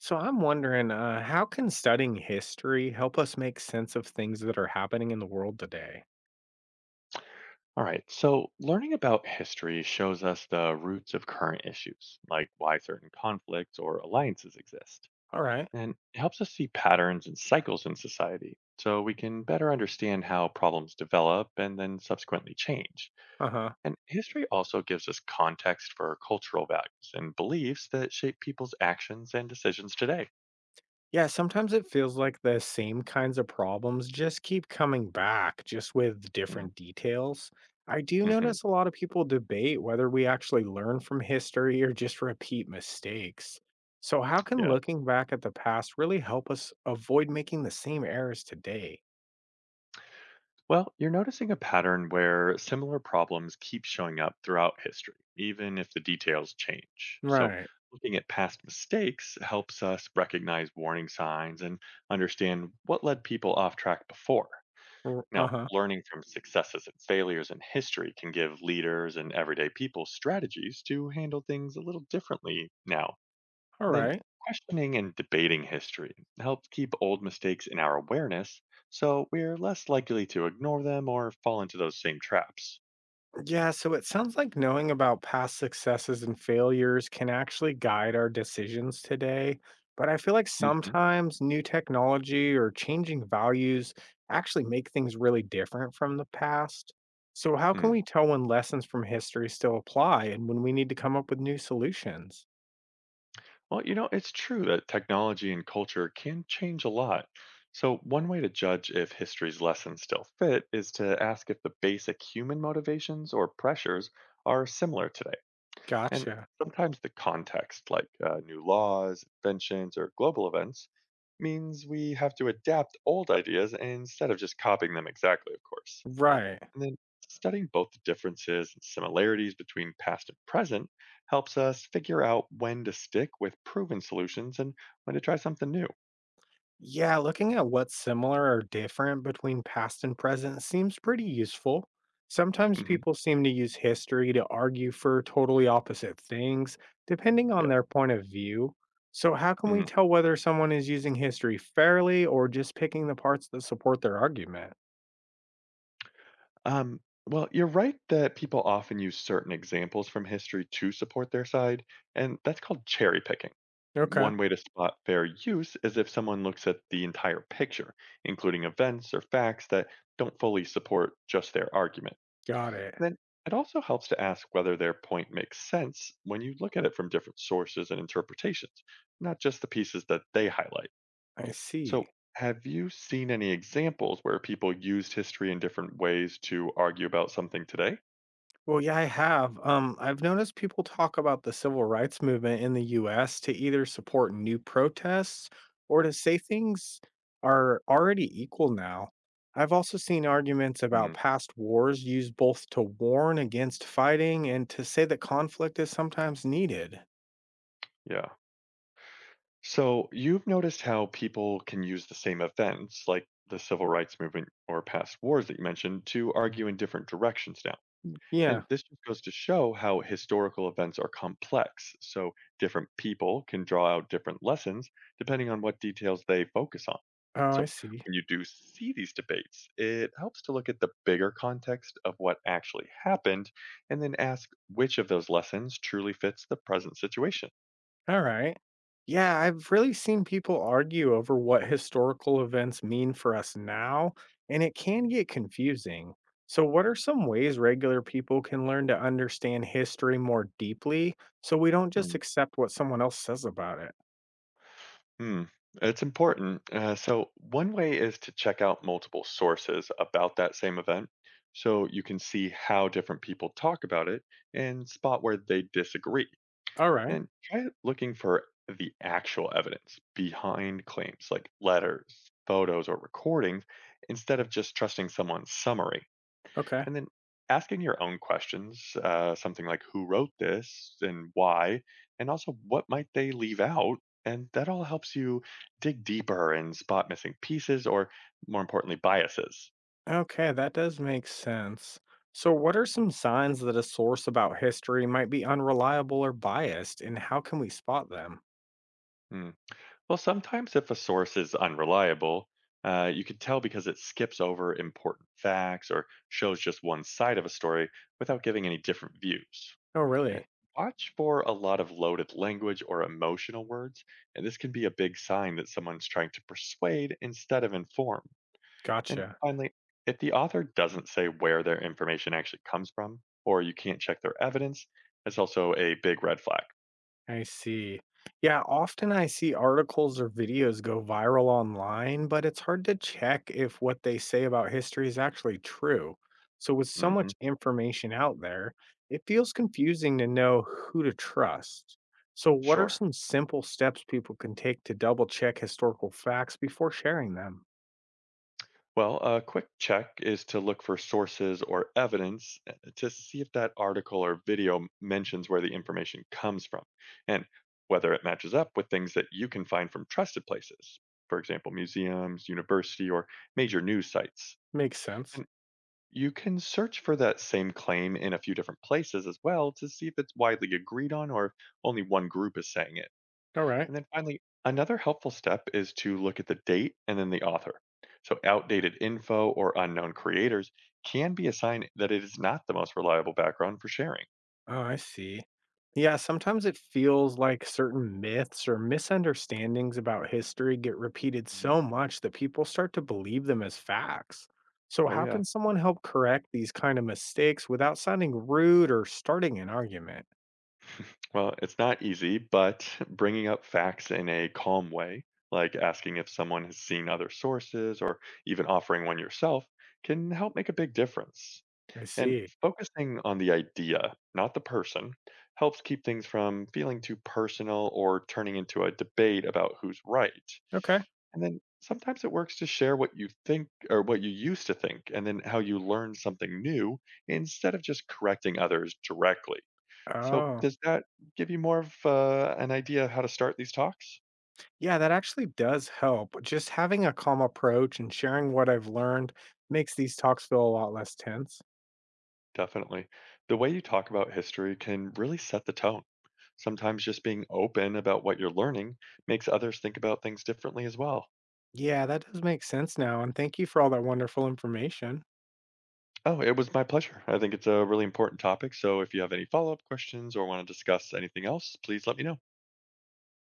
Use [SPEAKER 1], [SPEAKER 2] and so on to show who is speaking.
[SPEAKER 1] So I'm wondering, how can studying history help us make sense of things that are happening in the world today?
[SPEAKER 2] All right, so learning about history shows us the roots of current issues, like why certain conflicts or alliances exist.
[SPEAKER 1] All right.
[SPEAKER 2] And it helps us see patterns and cycles in society so we can better understand how problems develop and then subsequently change.
[SPEAKER 1] Uh huh.
[SPEAKER 2] And history also gives us context for cultural values and beliefs that shape people's actions and decisions today.
[SPEAKER 1] Yeah, sometimes it feels like the same kinds of problems just keep coming back, just with different details. I do
[SPEAKER 2] Mm-hmm.
[SPEAKER 1] notice a lot of people debate whether we actually learn from history or just repeat mistakes. So, how can
[SPEAKER 2] Yeah.
[SPEAKER 1] looking back at the past really help us avoid making the same errors today?
[SPEAKER 2] Well, you're noticing a pattern where similar problems keep showing up throughout history, even if the details change. So,
[SPEAKER 1] Right.
[SPEAKER 2] looking at past mistakes helps us recognize warning signs and understand what led people off track before.
[SPEAKER 1] Uh
[SPEAKER 2] Now,
[SPEAKER 1] huh.
[SPEAKER 2] learning from successes and failures in history can give leaders and everyday people strategies to handle things a little differently now,
[SPEAKER 1] All
[SPEAKER 2] and then
[SPEAKER 1] right.
[SPEAKER 2] questioning and debating history helps keep old mistakes in our awareness so we're less likely to ignore them or fall into those same traps.
[SPEAKER 1] Yeah, so it sounds like knowing about past successes and failures can actually guide our decisions today. But I feel like
[SPEAKER 2] hmm
[SPEAKER 1] sometimes new technology or changing values actually make things really different from the past. So, how can
[SPEAKER 2] Mm.
[SPEAKER 1] we tell when lessons from history still apply and when we need to come up with new solutions?
[SPEAKER 2] Well, it's true that technology and culture can change a lot. So, one way to judge if history's lessons still fit is to ask if the basic human motivations or pressures are similar today. And
[SPEAKER 1] Gotcha.
[SPEAKER 2] sometimes the context, like new laws, inventions, or global events, means we have to adapt old ideas instead of just copying them exactly, of course.
[SPEAKER 1] Right.
[SPEAKER 2] And then studying both the differences and similarities between past and present helps us figure out when to stick with proven solutions and when to try something new.
[SPEAKER 1] Yeah, looking at what's similar or different between past and present seems pretty useful. Sometimes
[SPEAKER 2] hmm
[SPEAKER 1] people seem to use history to argue for totally opposite things, depending
[SPEAKER 2] Yeah.
[SPEAKER 1] on their point of view. So, how can we
[SPEAKER 2] Mhm.
[SPEAKER 1] tell whether someone is using history fairly or just picking the parts that support their argument?
[SPEAKER 2] Um, well, you're right that people often use certain examples from history to support their side, and that's called cherry picking.
[SPEAKER 1] Okay,
[SPEAKER 2] One way to spot fair use is if someone looks at the entire picture, including events or facts that don't fully support just their argument.
[SPEAKER 1] got it.
[SPEAKER 2] Then it also helps to ask whether their point makes sense when you look at it from different sources and interpretations, not just the pieces that they highlight.
[SPEAKER 1] I see.
[SPEAKER 2] So, have you seen any examples where people used history in different ways to argue about something today?
[SPEAKER 1] Well, yeah, I have. I've noticed people talk about the civil rights movement in the US to either support new protests or to say things are already equal now. I've also seen arguments
[SPEAKER 2] Mm,
[SPEAKER 1] about past wars used both to warn against fighting and to say that conflict is sometimes needed.
[SPEAKER 2] yeah. So, you've noticed how people can use the same events, like the civil rights movement or past wars that you mentioned, to argue in different directions now.
[SPEAKER 1] Yeah.
[SPEAKER 2] And this just goes to show how historical events are complex, so different people can draw out different lessons depending on what details they focus on.
[SPEAKER 1] Oh,
[SPEAKER 2] So,
[SPEAKER 1] I see.
[SPEAKER 2] when you do see these debates, it helps to look at the bigger context of what actually happened and then ask which of those lessons truly fits the present situation.
[SPEAKER 1] Alright. Yeah, I've really seen people argue over what historical events mean for us now, and it can get confusing. So, what are some ways regular people can learn to understand history more deeply so we don't
[SPEAKER 2] Hmm.
[SPEAKER 1] just accept what someone else says about it?
[SPEAKER 2] Hmm, it's important. So, one way is to check out multiple sources about that same event so you can see how different people talk about it and spot where they disagree.
[SPEAKER 1] All right.
[SPEAKER 2] And try looking for the actual evidence behind claims like letters, photos, or recordings instead of just trusting someone's summary.
[SPEAKER 1] Okay.
[SPEAKER 2] And then asking your own questions, something like who wrote this and why, and also what might they leave out. And that all helps you dig deeper and spot missing pieces or, more importantly, biases.
[SPEAKER 1] Okay, that does make sense. So, what are some signs that a source about history might be unreliable or biased, and how can we spot them?
[SPEAKER 2] Hmm. Well, sometimes if a source is unreliable, you can tell because it skips over important facts or shows just one side of a story without giving any different views.
[SPEAKER 1] Oh,
[SPEAKER 2] Uh,
[SPEAKER 1] really?
[SPEAKER 2] Watch for a lot of loaded language or emotional words, and this can be a big sign that someone's trying to persuade instead of inform. And
[SPEAKER 1] Gotcha.
[SPEAKER 2] finally, if the author doesn't say where their information actually comes from, or you can't check their evidence, that's also a big red flag.
[SPEAKER 1] I see. Yeah, often I see articles or videos go viral online, but it's hard to check if what they say about history is actually true. So, with so
[SPEAKER 2] hmm
[SPEAKER 1] much information out there, it feels confusing to know who to trust. So, what are
[SPEAKER 2] Sure.
[SPEAKER 1] some simple steps people can take to double check historical facts before sharing them?
[SPEAKER 2] Well, a quick check is to look for sources or evidence to see if that article or video mentions where the information comes from and whether it matches up with things that you can find from trusted places, for example, museums, university, or major news sites.
[SPEAKER 1] Makes sense.
[SPEAKER 2] And you can search for that same claim in a few different places as well to see if it's widely agreed on or if only one group is saying it.
[SPEAKER 1] All right.
[SPEAKER 2] And then finally, another helpful step is to look at the date and then the author. So, outdated info or unknown creators can be a sign that it is not the most reliable background for sharing.
[SPEAKER 1] Oh, I see. Yeah, sometimes it feels like certain myths or misunderstandings about history get repeated
[SPEAKER 2] Mhm.
[SPEAKER 1] so much that people start to believe them as facts. So,
[SPEAKER 2] Oh,
[SPEAKER 1] how
[SPEAKER 2] yeah.
[SPEAKER 1] can someone help correct these kind of mistakes without sounding rude or starting an argument?
[SPEAKER 2] Well, it's not easy, but bringing up facts in a calm way, like asking if someone has seen other sources or even offering one yourself, can help make a big difference.
[SPEAKER 1] I
[SPEAKER 2] And
[SPEAKER 1] see.
[SPEAKER 2] focusing on the idea, not the person, helps keep things from feeling too personal or turning into a debate about who's right.
[SPEAKER 1] Okay.
[SPEAKER 2] And then sometimes it works to share what you think or what you used to think and then how you learned something new instead of just correcting others directly. So,
[SPEAKER 1] Oh,
[SPEAKER 2] does that give you more of an idea of how to start these talks?
[SPEAKER 1] yeah, that actually does help. Just having a calm approach and sharing what I've learned makes these talks feel a lot less tense.
[SPEAKER 2] Definitely. The way you talk about history can really set the tone. Sometimes just being open about what you're learning makes others think about things differently as well.
[SPEAKER 1] Yeah, that does make sense now. And thank you for all that wonderful information.
[SPEAKER 2] Oh, it was my pleasure. I think it's a really important topic. So if you have any follow up questions or want to discuss anything else, please let me know.